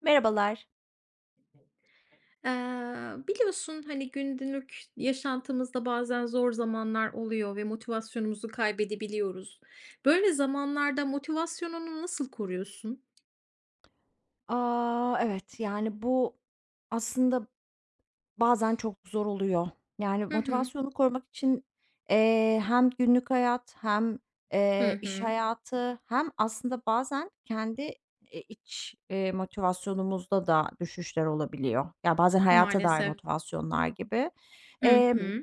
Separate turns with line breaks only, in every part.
Merhabalar.
Biliyorsun, hani, günlük yaşantımızda bazen zor zamanlar oluyor ve motivasyonumuzu kaybedebiliyoruz. Böyle zamanlarda motivasyonunu nasıl koruyorsun?
Evet, yani, bu aslında bazen çok zor oluyor. Yani,
Hı hı.
motivasyonu korumak için, hem günlük hayat hem,
Hı
iş
hı.
hayatı hem aslında bazen kendi, iç, motivasyonumuzda da düşüşler olabiliyor. Ya, bazen hayata dair
Maalesef.
motivasyonlar gibi.
Hı
Emm
hı.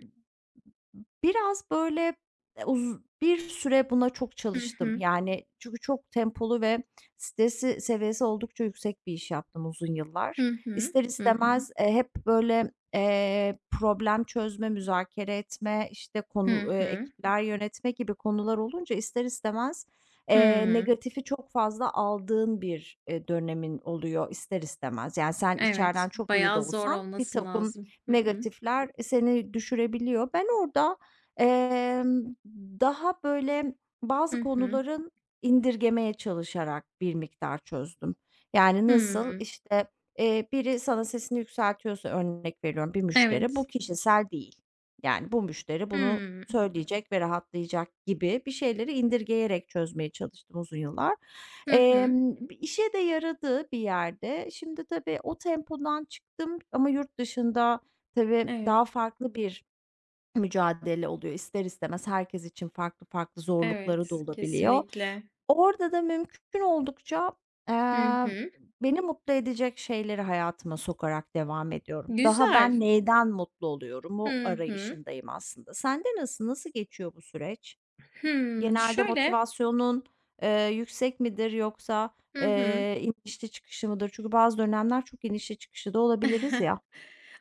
Biraz, böyle, bir süre buna çok
Hı
çalıştım.
hı.
Yani, çünkü çok tempolu ve stresi seviyesi oldukça yüksek bir iş yaptım uzun yıllar.
Hı hı.
İster
Hı hı.
istemez, hep, böyle, problem çözme, müzakere etme, işte,
Hı
konu
hı.
ekipler yönetme gibi konular olunca ister istemez,
Hıı.
negatifi çok fazla aldığın bir, dönemin oluyor ister istemez. Yani, sen
Evet,
içeriden çok iyi de
bayağı zor
olsan bir
olması
takım
lazım. Hı hı.
negatifler, seni düşürebiliyor. Ben orada Emm, daha böyle bazı
Hı hı.
konuların indirgemeye çalışarak bir miktar çözdüm. Yani nasıl,
Hıı.
işte, biri sana sesini yükseltiyorsa örnek veriyorum bir müşteri, bu
Evet.
kişisel değil. Yani bu müşteri bunu
Hıı.
söyleyecek ve rahatlayacak gibi bir şeyleri indirgeyerek çözmeye çalıştım uzun yıllar.
Hı hı.
İşe de yaradı bir yerde. Şimdi tabii o tempodan çıktım ama yurt dışında tabii
Evet,
daha farklı bir mücadele oluyor. İster istemez herkes için farklı farklı zorlukları da
evet.
olabiliyor.
Kesinlikle.
Orada da mümkün oldukça, eee,
Hı hı.
beni mutlu edecek şeyleri hayatıma sokarak devam ediyorum. Daha
Güzel.
ben neyden mutlu oluyorumu
Hı hı.
arayışındayım aslında. Sende nasıl, nasıl geçiyor bu süreç?
Hımm,
Genelde
şöyle.
motivasyonun, yüksek midir yoksa,
Hı hı.
inişli çıkışlı mıdır? Çünkü bazı dönemler çok inişli çıkışı da olabiliriz ya.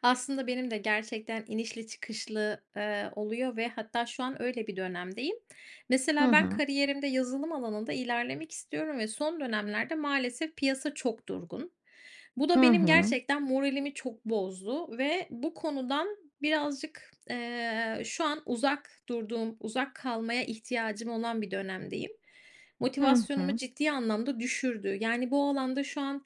Aslında benim de gerçekten inişli çıkışlı, oluyor ve hatta şu an öyle bir dönemdeyim.
Hı
Mesela ben
hı.
kariyerimde yazılım alanında ilerlemek istiyorum ve son dönemlerde maalesef piyasa çok durgun. Bu da
Hı
benim
hı.
gerçekten moralimi çok bozdu ve bu konudan birazcık, şu an uzak durduğum, uzak kalmaya ihtiyacım olan bir dönemdeyim.
Hı
Motivasyonumu
hı.
ciddi anlamda düşürdü. Yani bu alanda şu an,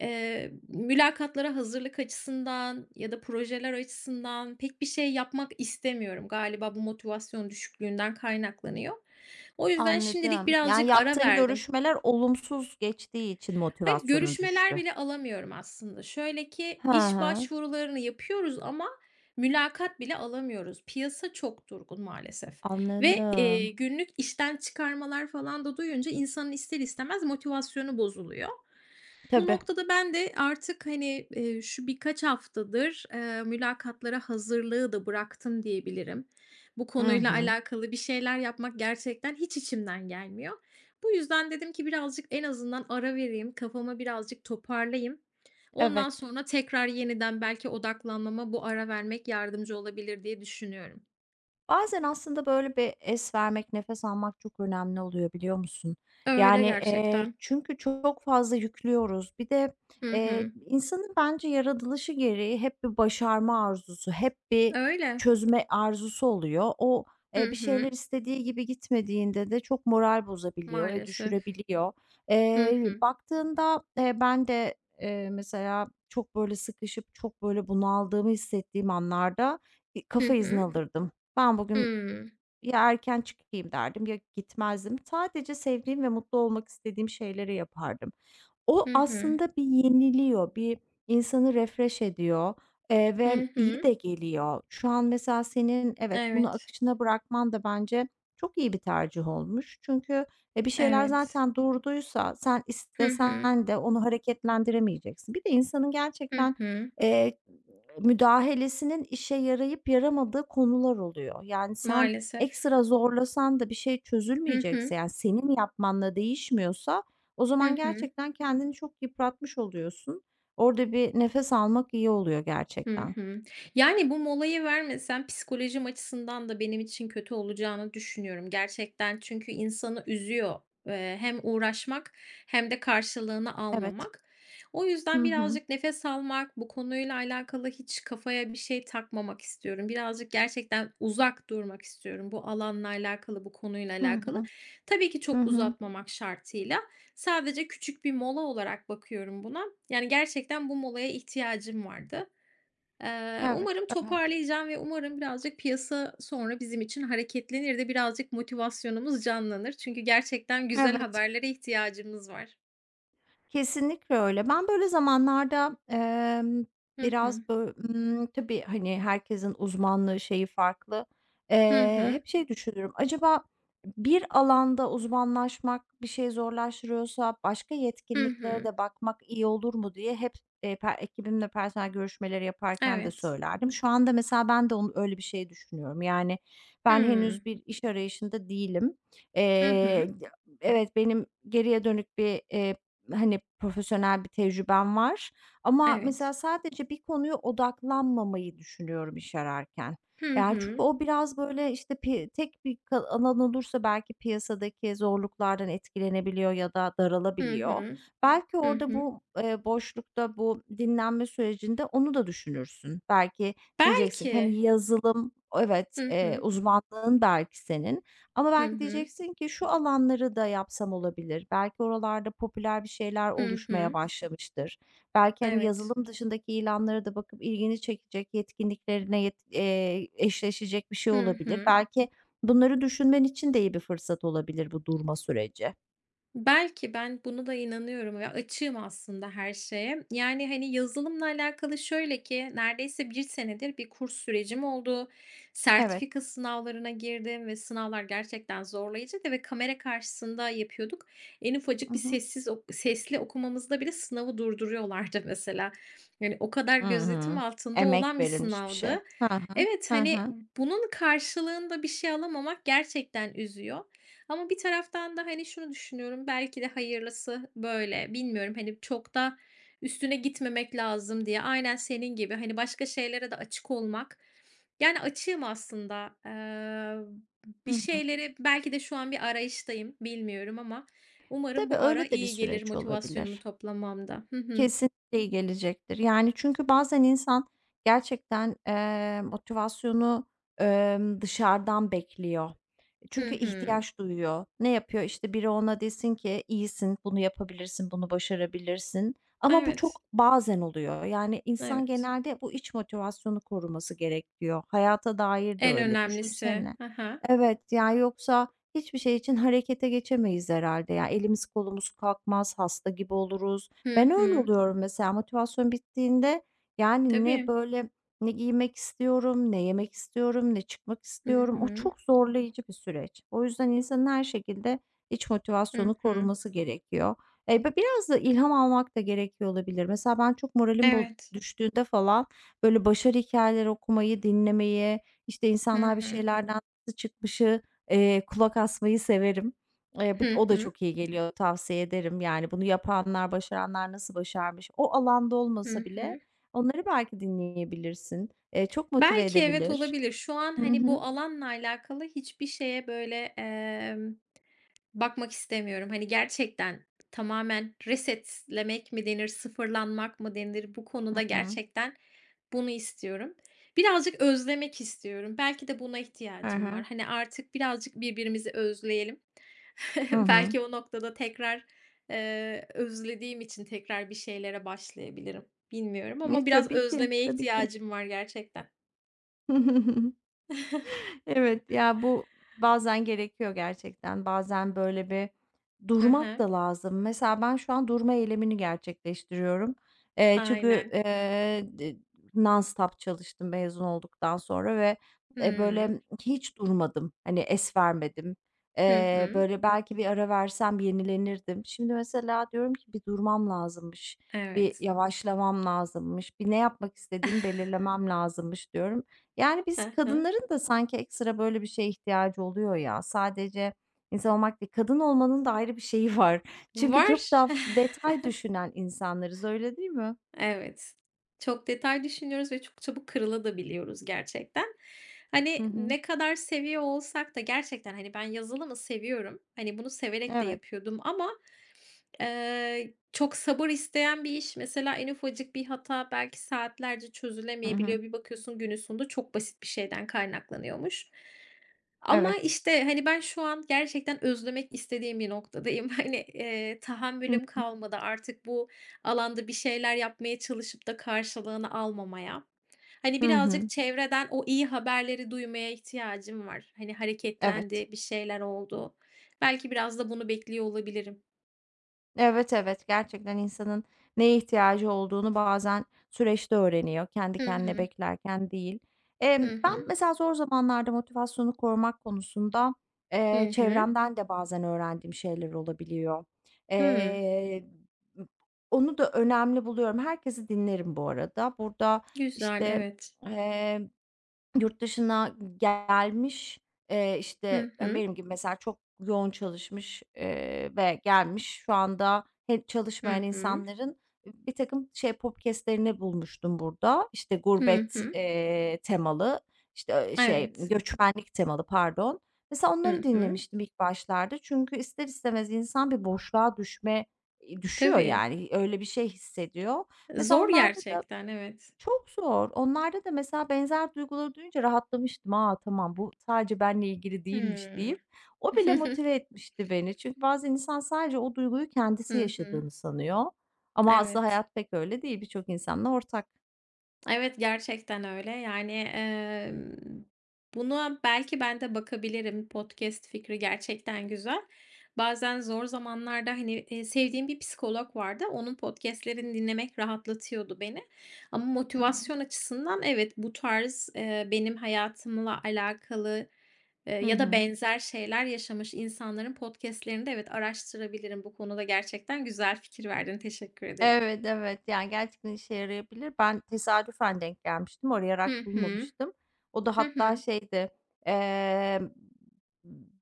mülakatlara hazırlık açısından ya da projeler açısından pek bir şey yapmak istemiyorum. Galiba bu motivasyon düşüklüğünden kaynaklanıyor. O yüzden şimdilik
Anladım. Yani,
birazcık ara
yaptığın
verdim.
görüşmeler olumsuz geçtiği için
Hayır,
motivasyonun
görüşmeler
düştü.
bile alamıyorum aslında. Şöyle ki
Hı
iş
hı,
başvurularını yapıyoruz ama mülakat bile alamıyoruz. Piyasa çok durgun maalesef ve,
anladım.
günlük işten çıkarmalar falan da duyunca insanın ister istemez motivasyonu bozuluyor. Bu
Tabii.
noktada ben de artık, hani, şu birkaç haftadır, mülakatlara hazırlığı da bıraktım diyebilirim. Bu
Hı
konuyla
hı.
alakalı bir şeyler yapmak gerçekten hiç içimden gelmiyor. Bu yüzden dedim ki birazcık en azından ara vereyim, kafamı birazcık toparlayayım. Ondan
Evet.
sonra tekrar yeniden belki odaklanmama bu ara vermek yardımcı olabilir diye düşünüyorum.
Bazen aslında böyle bir es vermek, nefes almak çok önemli oluyor, biliyor musun?
Öyle
Yani,
gerçekten.
çünkü çok fazla yüklüyoruz. Bir de,
Hı hı.
insanın bence yaratılışı gereği hep bir başarma arzusu, hep bir
Öyle.
çözme arzusu oluyor. O,
Hı
bir şeyler
hı.
istediği gibi gitmediğinde de çok moral bozabiliyor ve
Maalesef.
düşürebiliyor.
Hı
Eee,
hı.
baktığında, ben de, mesela çok böyle sıkışıp, çok böyle bunaldığımı hissettiğim anlarda bir
Hı
kafa izni
hı.
alırdım. Ben bugün
Hımm.
ya erken çıkayım derdim ya gitmezdim. Sadece sevdiğim ve mutlu olmak istediğim şeyleri yapardım. O
Hı hı hı.
aslında bir yeniliyor, bir insanı refresh ediyor, ve
Hı
iyi
hı.
de geliyor. Şu an mesela senin evet, bunu
Evet,
akışına bırakman da bence çok iyi bir tercih olmuş. Çünkü, bir şeyler
evet.
zaten durduysa sen
Hı hı.
istesen de onu hareketlendiremeyeceksin. Bir de insanın
Hı
gerçekten,
hı.
eee, müdahalesinin işe yarayıp yaramadığı konular oluyor. Yani sen
Maalesef.
ekstra zorlasan da bir şey
Hı hı.
çözülmeyecekse, yani senin yapmanla değişmiyorsa o
Hı
zaman
hı.
gerçekten kendini çok yıpratmış oluyorsun. Orada bir nefes almak iyi oluyor
Hı
gerçekten.
hı. Yani, bu molayı vermesen psikolojim açısından da benim için kötü olacağını düşünüyorum gerçekten. Çünkü insanı üzüyor, hem uğraşmak hem de karşılığını
Evet.
almamak. O
Hı
yüzden
hı.
birazcık nefes almak, bu konuyla alakalı hiç kafaya bir şey takmamak istiyorum. Birazcık gerçekten uzak durmak istiyorum bu alanla alakalı, bu konuyla
Hı
alakalı.
hı.
Tabii ki
Hı
çok
hı.
uzatmamak şartıyla. Sadece küçük bir mola olarak bakıyorum buna. Yani, gerçekten bu molaya ihtiyacım vardı. Umarım toparlayacağım ve umarım birazcık piyasa sonra bizim için hareketlenir de birazcık motivasyonumuz canlanır. Çünkü gerçekten güzel haberlere ihtiyacımız var.
Kesinlikle öyle. Ben böyle zamanlarda,
Hı
biraz
hı.
bö tabii, hani, herkesin uzmanlığı, şeyi farklı.
Hı
Eee,
hı.
hep şey düşünürüm, acaba bir alanda uzmanlaşmak bir şey zorlaştırıyorsa başka
Hı
yetkinliklere
hı.
de bakmak iyi olur mu diye hep, ekibimle personel görüşmeleri yaparken de
Evet.
söylerdim. Şu anda mesela ben de onu öyle bir şey düşünüyorum. Yani, ben
Hıı.
henüz bir iş arayışında değilim.
Hı hı.
Eee, evet, benim geriye dönük bir, hani, profesyonel bir tecrüben var ama mesela
Evet.
sadece bir konuya odaklanmamayı düşünüyorum iş ararken.
Hı
Yani, çünkü
hı.
o biraz, böyle, işte, tek bir alan olursa belki piyasadaki zorluklardan etkilenebiliyor ya da
Hı
daralabiliyor.
hı.
Belki
Hı
orada
hı.
bu, boşlukta, bu dinlenme sürecinde onu da düşünürsün. Belki diyeceksin ki, hani,
Belki.
yazılım evet,
Hı hı.
uzmanlığın belki senin ama
Hı
belki
hı.
diyeceksin ki şu alanları da yapsam olabilir. Belki oralarda popüler bir şeyler
Hı
oluşmaya
hı.
başlamıştır. Belki, hani,
Evet.
yazılım dışındaki ilanlara da bakıp ilgini çekecek, yetkinliklerine yet eşleşecek bir şey
Hı
olabilir.
hı.
Belki bunları düşünmen için de iyi bir fırsat olabilir bu durma süreci.
Belki ben buna da inanıyorum ve açığım aslında her şeye. Yani, hani, yazılımla alakalı şöyle ki neredeyse bir senedir bir kurs sürecim oldu.
Evet.
Sertifika sınavlarına girdim ve sınavlar gerçekten zorlayıcıydı ve kamera karşısında yapıyorduk. En ufacık
Hı
bir
hı.
sessiz ok sesli okumamızda bile sınavı durduruyorlardı mesela. Yani, o kadar
Hı
gözetim
hı.
altında
Emek
olan bir
verilmiş bir şey.
sınavdı.
Hı hı.
Evet,
Hı
hani,
hı.
bunun karşılığında bir şey alamamak gerçekten üzüyor. Ama bir taraftan da, hani, şunu düşünüyorum, belki de hayırlısı böyle. Bilmiyorum, hani, çok da üstüne gitmemek lazım diye. Aynen senin gibi, hani, başka şeylere de açık olmak. Yani açığım aslında. Bir
Hı hı.
şeyleri belki de şu an bir arayıştayım, bilmiyorum ama umarım
Tabii
bu ara
öyle de bir
iyi gelir
süreç
motivasyonumu
olabilir.
toplamamda. Hı hı.
Kesinlikle iyi gelecektir. Yani, çünkü bazen insan gerçekten, motivasyonu, dışarıdan bekliyor.
Hı
Çünkü
hı.
ihtiyaç duyuyor. Ne yapıyor? İşte biri ona desin ki iyisin, bunu yapabilirsin, bunu başarabilirsin. Ama bu
Evet,
çok bazen oluyor. Yani insan
evet.
genelde bu iç motivasyonu koruması gerekiyor. Hayata dair de
En
öyle.
önemlisi.
Düşünsene.
Hı hı.
Evet ya yoksa hiçbir şey için harekete geçemeyiz herhalde. Ya elimiz kolumuz kalkmaz, hasta gibi oluruz.
Hı
Ben öyle
hı.
oluyorum mesela motivasyon bittiğinde yani ne
Tabii.
böyle ne giymek istiyorum, ne yemek istiyorum, ne çıkmak
Hı
istiyorum. O
hı.
çok zorlayıcı bir süreç. O yüzden insanın her şekilde iç
Hı
motivasyonu
hı.
koruması gerekiyor. B biraz da ilham almak da gerekiyor olabilir. Mesela ben çok moralim
Evet.
düştüğünde falan, böyle, başarı hikâyeleri okumayı, dinlemeyi, işte,
Hı
insanlar bir
hı.
şeylerden nasıl çıkmışı, kulak asmayı severim. B
Hı
o da
hı.
çok iyi geliyor, tavsiye ederim. Yani, bunu yapanlar, başaranlar nasıl başarmış, o alanda
Hı
olmasa bile
hı.
onları belki dinleyebilirsin. Çok motive
Belki evet
edebilir.
olabilir. Şu an,
Hı
hani, bu
hı.
alanla alakalı hiçbir şeye böyle, bakmak istemiyorum. Hani, gerçekten tamamen resetlemek mi denir, sıfırlanmak mı denir? Bu
Hı
konuda
hı.
gerçekten bunu istiyorum. Birazcık özlemek istiyorum. Belki de buna
Hı
ihtiyacım var.
hı.
Hani, artık birazcık birbirimizi özleyelim.
Hı hı.
Belki o noktada tekrar, özlediğim için tekrar bir şeylere başlayabilirim. Bilmiyorum ama
E,
biraz
tabii ki,
özlemeye
tabii ki.
ihtiyacım var gerçekten.
Evet, ya, bu bazen gerekiyor gerçekten. Bazen böyle bir
Hı
durmak
hı.
da lazım. Mesela ben şu an durma eylemini gerçekleştiriyorum. Çünkü,
Aynen.
nonstop çalıştım mezun olduktan sonra ve,
Hımm.
böyle hiç durmadım. Hani, es vermedim.
Hı
Eee,
hı.
böyle belki bir ara versem yenilenirdim. Şimdi mesela diyorum ki bir durmam lazımmış, bir
Evet.
yavaşlamam lazımmış, bir ne yapmak istediğimi belirlemem lazımmış diyorum. Yani, biz
Hı hı.
kadınların da sanki ekstra böyle bir şeye ihtiyacı oluyor ya. Sadece insan olmak değil, kadın olmanın da ayrı bir şeyi var. Çünkü
Var.
çok daha detay düşünen insanlarız, öyle değil mi?
Evet. Çok detay düşünüyoruz ve çok çabuk kırılabiliyoruz gerçekten.
Hı
Hani,
hı.
ne kadar seviyor olsak da gerçekten, hani, ben yazılımı seviyorum. Hani, bunu severek de
Evet.
yapıyordum ama çok sabır isteyen bir iş. Mesela en ufacık bir hata belki saatlerce
Hı hı.
çözülemeyebiliyor. Bir bakıyorsun günün sonunda çok basit bir şeyden kaynaklanıyormuş. Ama,
Evet.
işte, hani, ben şu an gerçekten özlemek istediğim bir noktadayım. Hani,
Hı
tahammülüm
hı.
kalmadı artık bu alanda bir şeyler yapmaya çalışıp da karşılığını almamaya. Hani,
Hı
birazcık
hı.
çevreden o iyi haberleri duymaya ihtiyacım var. Hani,
Evet.
hareketlendi, bir şeyler oldu. Belki biraz da bunu bekliyor olabilirim.
Evet, evet. Gerçekten insanın neye ihtiyacı olduğunu bazen süreçte öğreniyor. Kendi
Hı
kendine
hı.
beklerken değil. Emm,
Hı
ben
hı.
mesela zor zamanlarda motivasyonu korumak konusunda,
Hı hı.
çevremden de bazen öğrendiğim şeyler olabiliyor.
Hımm.
Eee, onu da önemli buluyorum. Herkesi dinlerim bu arada. Burada,
Güzel,
işte,
evet.
yurt dışına gelmiş,
Hı
işte,
hı.
benim gibi mesela çok yoğun çalışmış, ve gelmiş. Şu anda
Hı
çalışmayan
hı.
insanların birtakım şey podcast'lerini bulmuştum burada. İşte
Hı
gurbet,
hı.
temalı, işte, şey,
Evet.
göçmenlik temalı pardon. Mesela onları
Hı hı.
dinlemiştim ilk başlarda. Çünkü ister istemez insan bir boşluğa düşme, düşüyor
Tabii.
yani. Öyle bir şey hissediyor. Mesela
Zor
onlarda da
gerçekten, evet.
çok zor. Onlarda da mesela benzer duyguları duyunca rahatlamıştım. "Aa, tamam bu sadece benle ilgili değilmiş."
Hımm.
deyip o bile motive etmişti beni. Çünkü bazen insan sadece o duyguyu kendisi
Hı hı.
yaşadığını sanıyor ama aslında
Evet.
hayat pek öyle değil. Birçok insanla ortak.
Evet, gerçekten öyle. Yani, buna belki ben de bakabilirim. Podcast fikri gerçekten güzel. Bazen zor zamanlarda, hani, sevdiğim bir psikolog vardı. Onun podcast'lerini dinlemek rahatlatıyordu beni. Ama
Hı hı.
motivasyon açısından evet, bu tarz, benim hayatımla alakalı,
Hı
ya da
hı.
benzer şeyler yaşamış insanların podcast'lerini de evet, araştırabilirim. Bu konuda gerçekten güzel fikir verdin. Teşekkür ederim.
Evet, evet. Yani, gerçekten işe yarayabilir. Ben tesadüfen denk gelmiştim,
Hı
arayarak
hı.
bulmamıştım. O da
Hı
hatta
hı.
şeydi, emm,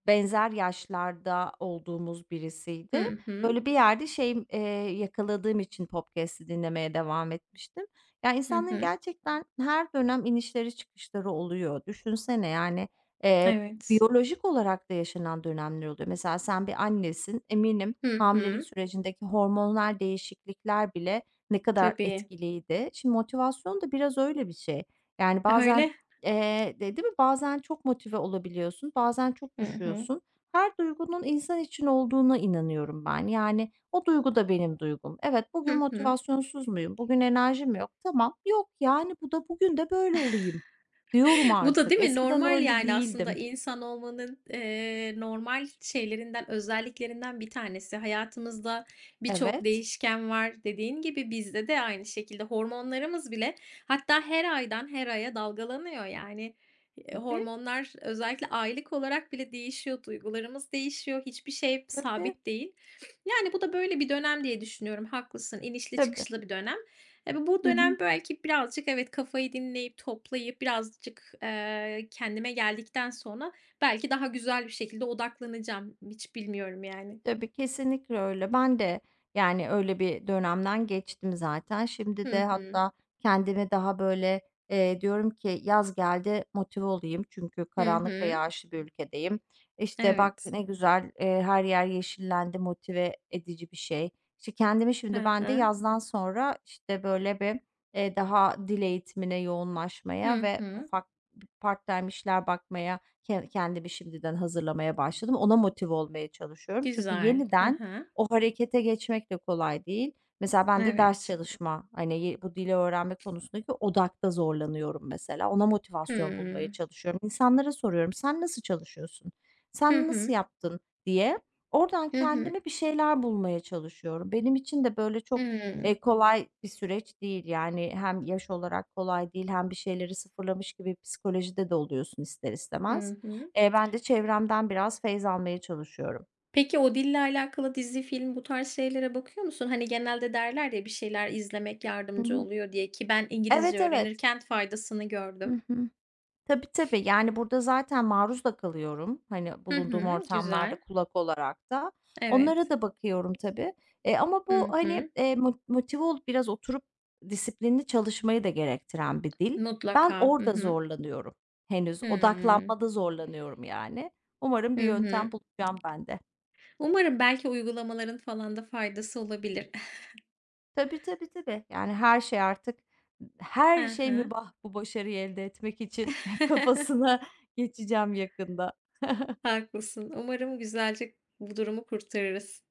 benzer yaşlarda olduğumuz birisiydi.
Hı hı.
Böyle bir yerde şey, yakaladığım için podcast'i dinlemeye devam etmiştim. Yani
Hı
insanların
hı.
gerçekten her dönem inişleri çıkışları oluyor. Düşünsene, yani, eee
Evet.
biyolojik olarak da yaşanan dönemler oluyor. Mesela sen bir annesin, eminim
Hı
hamilelik
hı.
sürecindeki hormonal değişiklikler bile ne kadar
Tabii.
etkiliydi. Şimdi motivasyon da biraz öyle bir şey. Yani bazen,
Öyle.
de değil mi? Bazen çok motive olabiliyorsun, bazen çok
Hı hı.
düşüyorsun. Her duygunun insan için olduğuna inanıyorum ben. Yani o duygu da benim duygum. Evet, bugün
Hı hı.
motivasyonsuz muyum? Bugün enerjim yok. Tamam, yok yani bu da bugün de böyle olayım diyorum
Bu da
artık.
değil mi?
Eskiden
Normal
öyle
yani aslında
değildim.
insan olmanın, normal şeylerinden, özelliklerinden bir tanesi. Hayatımızda birçok
Evet.
değişken var. Dediğin gibi bizde de aynı şekilde hormonlarımız bile hatta her aydan her aya dalgalanıyor yani.
Tabii,
Hormonlar özellikle aylık olarak bile değişiyor, duygularımız değişiyor, hiçbir şey
tabii,
sabit değil. Yani bu da böyle bir dönem diye düşünüyorum. Haklısın, inişli
tabii.
çıkışlı bir dönem. Bu
Hı
dönem
hı.
belki birazcık evet, kafayı dinleyip, toplayıp birazcık, kendime geldikten sonra belki daha güzel bir şekilde odaklanacağım. Hiç bilmiyorum yani.
Tabii, kesinlikle öyle. Ben de, yani, öyle bir dönemden geçtim zaten. Şimdi de
Hı hı.
hatta kendimi daha, böyle, diyorum ki yaz geldi motive olayım çünkü
Hı
karanlık ve
hı.
yağışlı bir ülkedeyim. İşte, bak
Evet.
ne güzel, her yer yeşillendi, motive edici bir şey. İşte, kendimi şimdi
Hı
ben de
hı.
yazdan sonra, işte, böyle, bir, daha dil eğitimine yoğunlaşmaya
Hı
ve
hı.
ufak part time işler bakmaya. Kendimi şimdiden hazırlamaya başladım. Ona motive olmaya çalışıyorum. Çünkü
Güzel. Hı
yeniden
hı.
o harekete geçmek de kolay değil. Mesela ben de ders
Evet.
çalışma, hani, bu dili öğrenme konusundaki odakta zorlanıyorum mesela. Ona motivasyon bulmaya
Hımm.
çalışıyorum. İnsanlara soruyorum, "Sen nasıl çalışıyorsun?
Hı
Sen nasıl
hı.
yaptın?" diye. Oradan
Hı hı.
kendime bir şeyler bulmaya çalışıyorum. Benim için de böyle çok,
Hımm.
kolay bir süreç değil. Yani hem yaş olarak kolay değil hem bir şeyleri sıfırlamış gibi psikolojide de oluyorsun ister
Hı
istemez.
hı.
Ben de çevremden biraz feyz almaya çalışıyorum.
Peki o dille alakalı dizi, film bu tarz şeylere bakıyor musun? Hani genelde derler ya bir şeyler izlemek
Hı
yardımcı
hı.
oluyor diye ki ben İngilizce
Evet, evet.
öğrenirken faydasını gördüm.
Hı hı. Tabii, tabii. Yani, burada zaten maruz da kalıyorum, hani,
Hı
bulunduğum
hı,
ortamlarda
güzel.
kulak olarak da. Onlara
Evet.
da bakıyorum tabii. Ama bu,
Hı
hani,
hı.
motive olup biraz oturup disiplinli çalışmayı da gerektiren bir dil. Ben
Mutlaka. Hı
orada
hı.
zorlanıyorum henüz.
Hımm.
Odaklanmada zorlanıyorum yani. Umarım
Hı
bir yöntem
hı.
bulacağım ben de.
Umarım belki uygulamaların falan da faydası olabilir.
Tabii, tabii, tabii. Yani her şey artık,
Hı
her şey
hı.
mübah bu başarıyı elde etmek için kafasına geçeceğim yakında.
Haklısın. Umarım güzelce bu durumu kurtarırız.